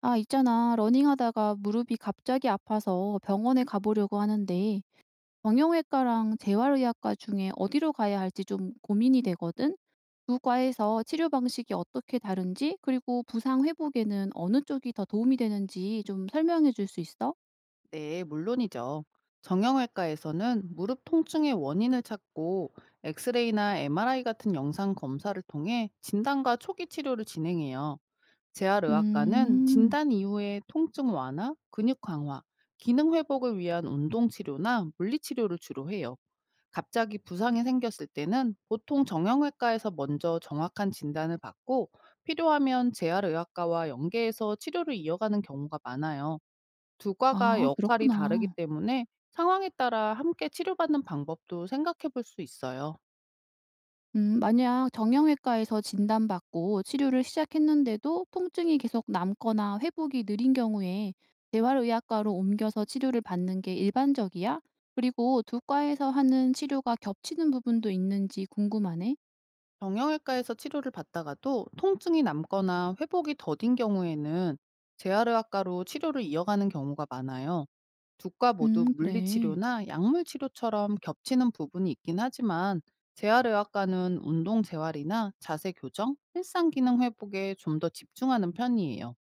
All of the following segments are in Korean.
아, 있잖아. 러닝하다가 무릎이 갑자기 아파서 병원에 가보려고 하는데, 정형외과랑 재활의학과 중에 어디로 가야 할지 좀 고민이 되거든? 두 과에서 치료 방식이 어떻게 다른지, 그리고 부상 회복에는 어느 쪽이 더 도움이 되는지 좀 설명해 줄 수 있어? 네, 물론이죠. 정형외과에서는 무릎 통증의 원인을 찾고 엑스레이나 MRI 같은 영상 검사를 통해 진단과 초기 치료를 진행해요. 재활의학과는 음, 진단 이후에 통증 완화, 근육 강화, 기능 회복을 위한 운동 치료나 물리 치료를 주로 해요. 갑자기 부상이 생겼을 때는 보통 정형외과에서 먼저 정확한 진단을 받고, 필요하면 재활의학과와 연계해서 치료를 이어가는 경우가 많아요. 두 과가 아, 역할이 다르기 그렇구나. 때문에 상황에 따라 함께 치료받는 방법도 생각해 볼 수 있어요. 만약 정형외과에서 진단받고 치료를 시작했는데도 통증이 계속 남거나 회복이 느린 경우에 재활의학과로 옮겨서 치료를 받는 게 일반적이야? 그리고 두 과에서 하는 치료가 겹치는 부분도 있는지 궁금하네? 정형외과에서 치료를 받다가도 통증이 남거나 회복이 더딘 경우에는 재활의학과로 치료를 이어가는 경우가 많아요. 두과 모두 그래. 물리치료나 약물치료처럼 겹치는 부분이 있긴 하지만, 재활의학과는 운동 재활이나 자세 교정, 일상 기능 회복에 좀 더 집중하는 편이에요.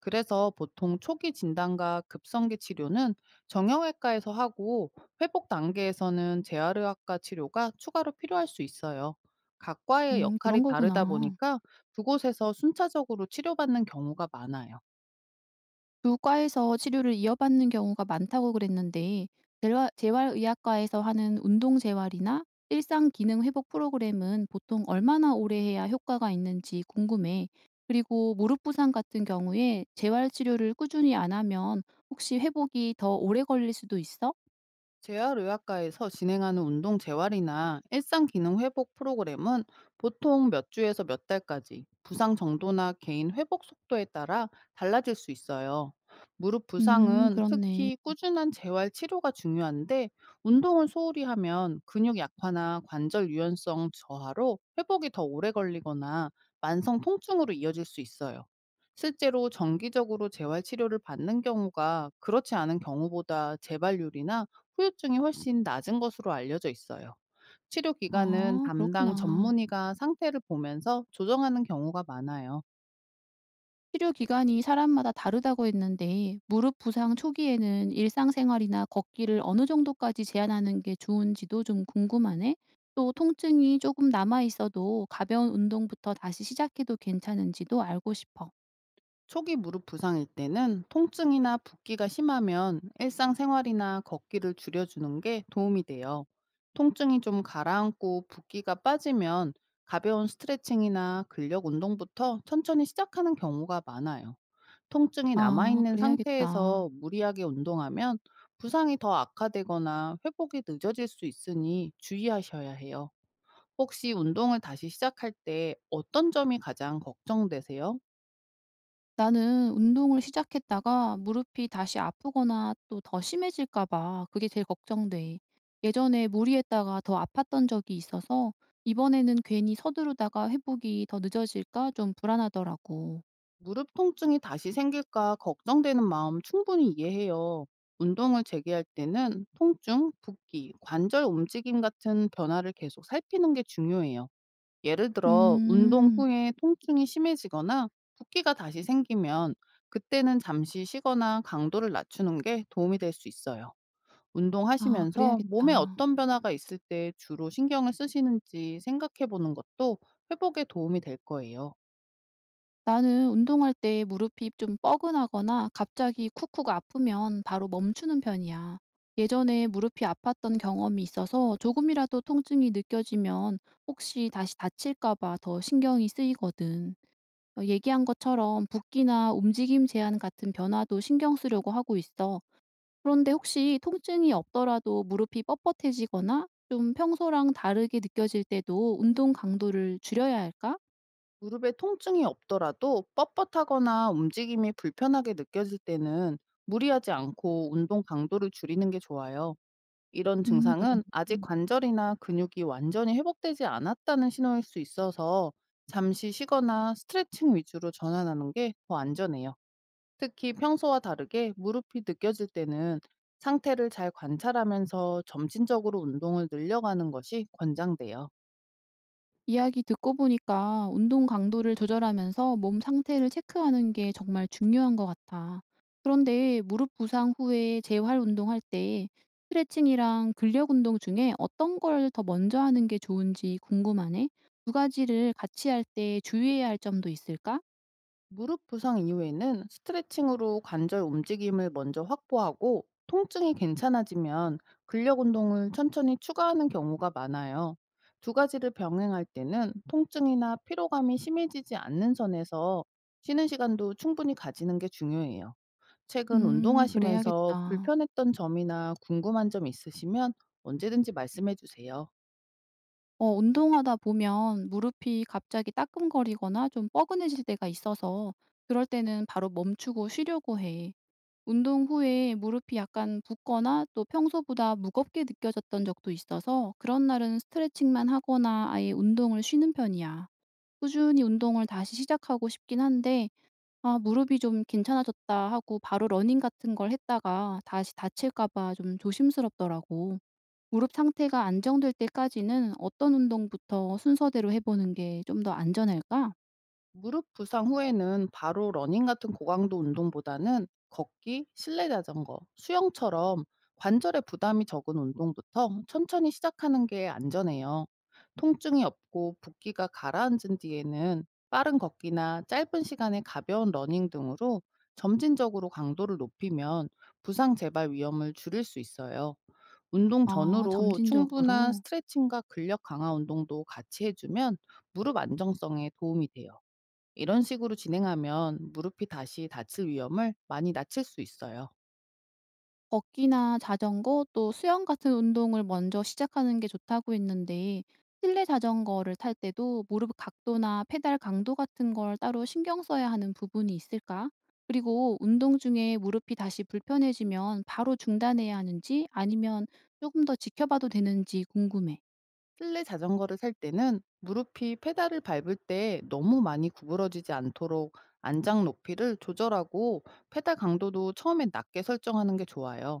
그래서 보통 초기 진단과 급성기 치료는 정형외과에서 하고, 회복 단계에서는 재활의학과 치료가 추가로 필요할 수 있어요. 각과의 그런 역할이 다르다 거구나. 보니까 두 곳에서 순차적으로 치료받는 경우가 많아요. 두과에서 치료를 이어받는 경우가 많다고 그랬는데 재활 재활의학과에서 하는 운동 재활이나 일상 기능 회복 프로그램은 보통 얼마나 오래 해야 효과가 있는지 궁금해. 그리고 무릎 부상 같은 경우에 재활 치료를 꾸준히 안 하면 혹시 회복이 더 오래 걸릴 수도 있어? 재활의학과에서 진행하는 운동 재활이나 일상 기능 회복 프로그램은 보통 몇 주에서 몇 달까지, 부상 정도나 개인 회복 속도에 따라 달라질 수 있어요. 무릎 부상은 그렇네. 특히 꾸준한 재활 치료가 중요한데, 운동을 소홀히 하면 근육 약화나 관절 유연성 저하로 회복이 더 오래 걸리거나 만성 통증으로 이어질 수 있어요. 실제로 정기적으로 재활 치료를 받는 경우가 그렇지 않은 경우보다 재발률이나 후유증이 훨씬 낮은 것으로 알려져 있어요. 치료 기간은 아, 담당 그렇구나. 전문의가 상태를 보면서 조정하는 경우가 많아요. 치료 기간이 사람마다 다르다고 했는데 무릎 부상 초기에는 일상생활이나 걷기를 어느 정도까지 제한하는 게 좋은지도 좀 궁금하네. 또 통증이 조금 남아 있어도 가벼운 운동부터 다시 시작해도 괜찮은지도 알고 싶어. 초기 무릎 부상일 때는 통증이나 붓기가 심하면 일상생활이나 걷기를 줄여주는 게 도움이 돼요. 통증이 좀 가라앉고 붓기가 빠지면 가벼운 스트레칭이나 근력 운동부터 천천히 시작하는 경우가 많아요. 통증이 아, 남아있는 그래야겠다. 상태에서 무리하게 운동하면 부상이 더 악화되거나 회복이 늦어질 수 있으니 주의하셔야 해요. 혹시 운동을 다시 시작할 때 어떤 점이 가장 걱정되세요? 나는 운동을 시작했다가 무릎이 다시 아프거나 또 더 심해질까 봐 그게 제일 걱정돼. 예전에 무리했다가 더 아팠던 적이 있어서 이번에는 괜히 서두르다가 회복이 더 늦어질까 좀 불안하더라고. 무릎 통증이 다시 생길까 걱정되는 마음 충분히 이해해요. 운동을 재개할 때는 통증, 붓기, 관절 움직임 같은 변화를 계속 살피는 게 중요해요. 예를 들어 운동 음, 후에 통증이 심해지거나 붓기가 다시 생기면, 그때는 잠시 쉬거나 강도를 낮추는 게 도움이 될 수 있어요. 아, 운동하시면서 몸에 그래야겠다. 어떤 변화가 있을 때 주로 신경을 쓰시는지 생각해 보는 것도 회복에 도움이 될 거예요. 나는 운동할 때 무릎이 좀 뻐근하거나 갑자기 쿡쿡 아프면 바로 멈추는 편이야. 예전에 무릎이 아팠던 경험이 있어서 조금이라도 통증이 느껴지면 혹시 다시 다칠까 봐 더 신경이 쓰이거든. 어, 얘기한 것처럼 붓기나 움직임 제한 같은 변화도 신경 쓰려고 하고 있어. 그런데 혹시 통증이 없더라도 무릎이 뻣뻣해지거나 좀 평소랑 다르게 느껴질 때도 운동 강도를 줄여야 할까? 무릎에 통증이 없더라도 뻣뻣하거나 움직임이 불편하게 느껴질 때는 무리하지 않고 운동 강도를 줄이는 게 좋아요. 이런 그래. 증상은 아직 관절이나 근육이 완전히 회복되지 않았다는 신호일 수 있어서, 잠시 쉬거나 스트레칭 위주로 전환하는 게 더 안전해요. 특히 평소와 다르게 무릎이 느껴질 때는 상태를 잘 관찰하면서 점진적으로 운동을 늘려가는 것이 권장돼요. 이야기 듣고 보니까 운동 강도를 조절하면서 몸 상태를 체크하는 게 정말 중요한 것 같아. 그런데 무릎 부상 후에 재활 운동할 때 스트레칭이랑 근력 운동 중에 어떤 걸 더 먼저 하는 게 좋은지 궁금하네. 두 가지를 같이 할 때 주의해야 할 점도 있을까? 무릎 부상 이후에는 스트레칭으로 관절 움직임을 먼저 확보하고, 통증이 괜찮아지면 근력 운동을 천천히 추가하는 경우가 많아요. 두 가지를 병행할 때는 통증이나 피로감이 심해지지 않는 선에서 쉬는 시간도 충분히 가지는 게 중요해요. 최근 운동하시면서 그래야겠다. 불편했던 점이나 궁금한 점 있으시면 언제든지 말씀해 주세요. 어, 운동하다 보면 무릎이 갑자기 따끔거리거나 좀 뻐근해질 때가 있어서 그럴 때는 바로 멈추고 쉬려고 해. 운동 후에 무릎이 약간 붓거나 또 평소보다 무겁게 느껴졌던 적도 있어서 그런 날은 스트레칭만 하거나 아예 운동을 쉬는 편이야. 꾸준히 운동을 다시 시작하고 싶긴 한데, 아, 무릎이 좀 괜찮아졌다 하고 바로 러닝 같은 걸 했다가 다시 다칠까봐 좀 조심스럽더라고. 무릎 상태가 안정될 때까지는 어떤 운동부터 순서대로 해보는 게 좀 더 안전할까? 무릎 부상 후에는 바로 러닝 같은 고강도 운동보다는 걷기, 실내 자전거, 수영처럼 관절에 부담이 적은 운동부터 천천히 시작하는 게 안전해요. 통증이 없고 붓기가 가라앉은 뒤에는 빠른 걷기나 짧은 시간의 가벼운 러닝 등으로 점진적으로 강도를 높이면 부상 재발 위험을 줄일 수 있어요. 운동 아, 전후로 충분한 점진적으로. 스트레칭과 근력 강화 운동도 같이 해주면 무릎 안정성에 도움이 돼요. 이런 식으로 진행하면 무릎이 다시 다칠 위험을 많이 낮출 수 있어요. 걷기나 자전거 또 수영 같은 운동을 먼저 시작하는 게 좋다고 했는데 실내 자전거를 탈 때도 무릎 각도나 페달 강도 같은 걸 따로 신경 써야 하는 부분이 있을까? 그리고 운동 중에 무릎이 다시 불편해지면 바로 중단해야 하는지 아니면 조금 더 지켜봐도 되는지 궁금해. 실내 자전거를 살 때는 무릎이 페달을 밟을 때 너무 많이 구부러지지 않도록 안장 높이를 조절하고, 페달 강도도 처음엔 낮게 설정하는 게 좋아요.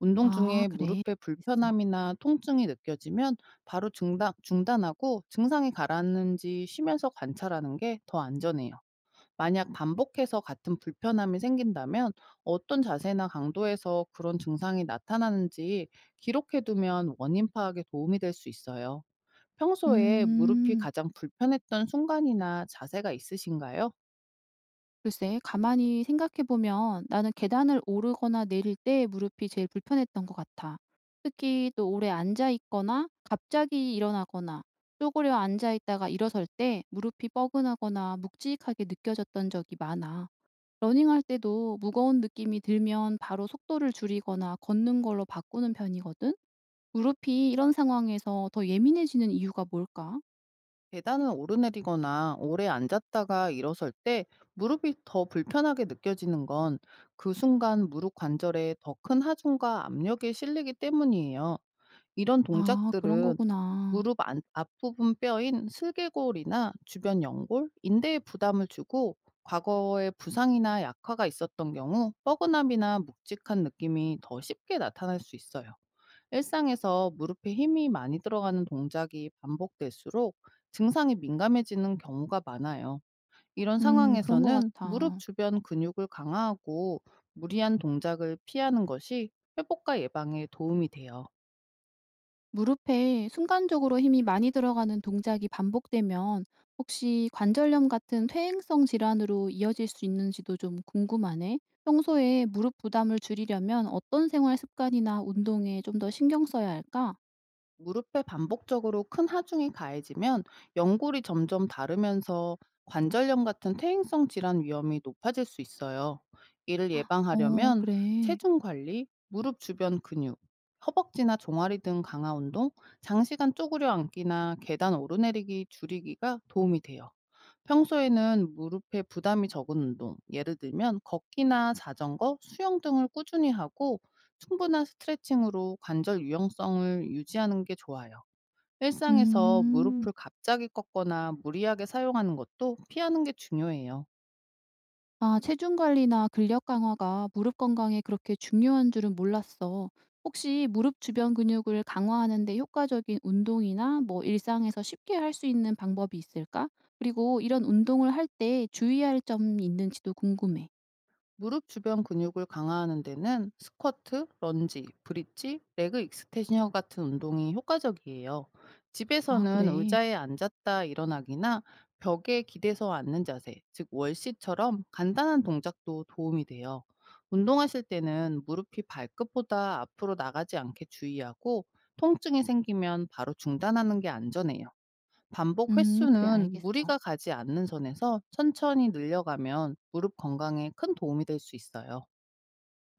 운동 아, 중에 그래. 무릎에 있어. 불편함이나 통증이 느껴지면 바로 중단하고 증상이 가라앉는지 쉬면서 관찰하는 게 더 안전해요. 만약 반복해서 같은 불편함이 생긴다면 어떤 자세나 강도에서 그런 증상이 나타나는지 기록해두면 원인 파악에 도움이 될 수 있어요. 평소에 무릎이 음. 가장 불편했던 순간이나 자세가 있으신가요? 글쎄, 가만히 생각해 보면 나는 계단을 오르거나 내릴 때 무릎이 제일 불편했던 것 같아. 특히 또 오래 앉아 있거나 갑자기 일어나거나 쪼그려 앉아 있다가 일어설 때 무릎이 뻐근하거나 묵직하게 느껴졌던 적이 많아. 러닝할 때도 무거운 느낌이 들면 바로 속도를 줄이거나 걷는 걸로 바꾸는 편이거든. 무릎이 이런 상황에서 더 예민해지는 이유가 뭘까? 계단을 오르내리거나 오래 앉았다가 일어설 때 무릎이 더 불편하게 느껴지는 건 그 순간 무릎 관절에 더 큰 하중과 압력이 실리기 때문이에요. 이런 아, 그런 동작들은 거구나. 무릎 안 앞부분 뼈인 슬개골이나 주변 연골, 인대에 부담을 주고, 과거에 부상이나 약화가 있었던 경우 뻐근함이나 묵직한 느낌이 더 쉽게 나타날 수 있어요. 일상에서 무릎에 힘이 많이 들어가는 동작이 반복될수록 증상이 민감해지는 경우가 많아요. 이런 그런 것 상황에서는 무릎 같아. 주변 근육을 강화하고 무리한 동작을 피하는 것이 회복과 예방에 도움이 돼요. 무릎에 순간적으로 힘이 많이 들어가는 동작이 반복되면 혹시 관절염 같은 퇴행성 질환으로 이어질 수 있는지도 좀 궁금하네. 평소에 무릎 부담을 줄이려면 어떤 생활 습관이나 운동에 좀 더 신경 써야 할까? 무릎에 반복적으로 큰 하중이 가해지면 연골이 점점 다르면서 관절염 같은 퇴행성 질환 위험이 높아질 수 있어요. 이를 어, 예방하려면 그래. 체중 관리, 무릎 주변 근육, 허벅지나 종아리 등 강화 운동, 장시간 쪼그려 앉기나 계단 오르내리기 줄이기가 도움이 돼요. 평소에는 무릎에 부담이 적은 운동, 예를 들면 걷기나 자전거, 수영 등을 꾸준히 하고 충분한 스트레칭으로 관절 유연성을 유지하는 게 좋아요. 일상에서 음. 무릎을 갑자기 꺾거나 무리하게 사용하는 것도 피하는 게 중요해요. 아, 체중 관리나 근력 강화가 무릎 건강에 그렇게 중요한 줄은 몰랐어. 혹시 무릎 주변 근육을 강화하는 데 효과적인 운동이나 뭐 일상에서 쉽게 할 수 있는 방법이 있을까? 그리고 이런 운동을 할 때 주의할 점이 있는지도 궁금해. 무릎 주변 근육을 강화하는 데는 스쿼트, 런지, 브릿지, 레그 익스텐션 같은 운동이 효과적이에요. 아, 집에서는 그래. 의자에 앉았다 일어나기나 벽에 기대서 앉는 자세, 즉 월시처럼 간단한 동작도 도움이 돼요. 운동하실 때는 무릎이 발끝보다 앞으로 나가지 않게 주의하고, 통증이 생기면 바로 중단하는 게 안전해요. 반복 그래, 횟수는 알겠어. 무리가 가지 않는 선에서 천천히 늘려가면 무릎 건강에 큰 도움이 될 수 있어요.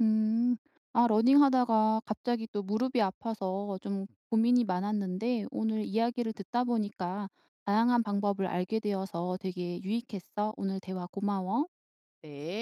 음, 아, 러닝 하다가 갑자기 또 무릎이 아파서 좀 고민이 많았는데 오늘 이야기를 듣다 보니까 다양한 방법을 알게 되어서 되게 유익했어. 오늘 대화 고마워. 네.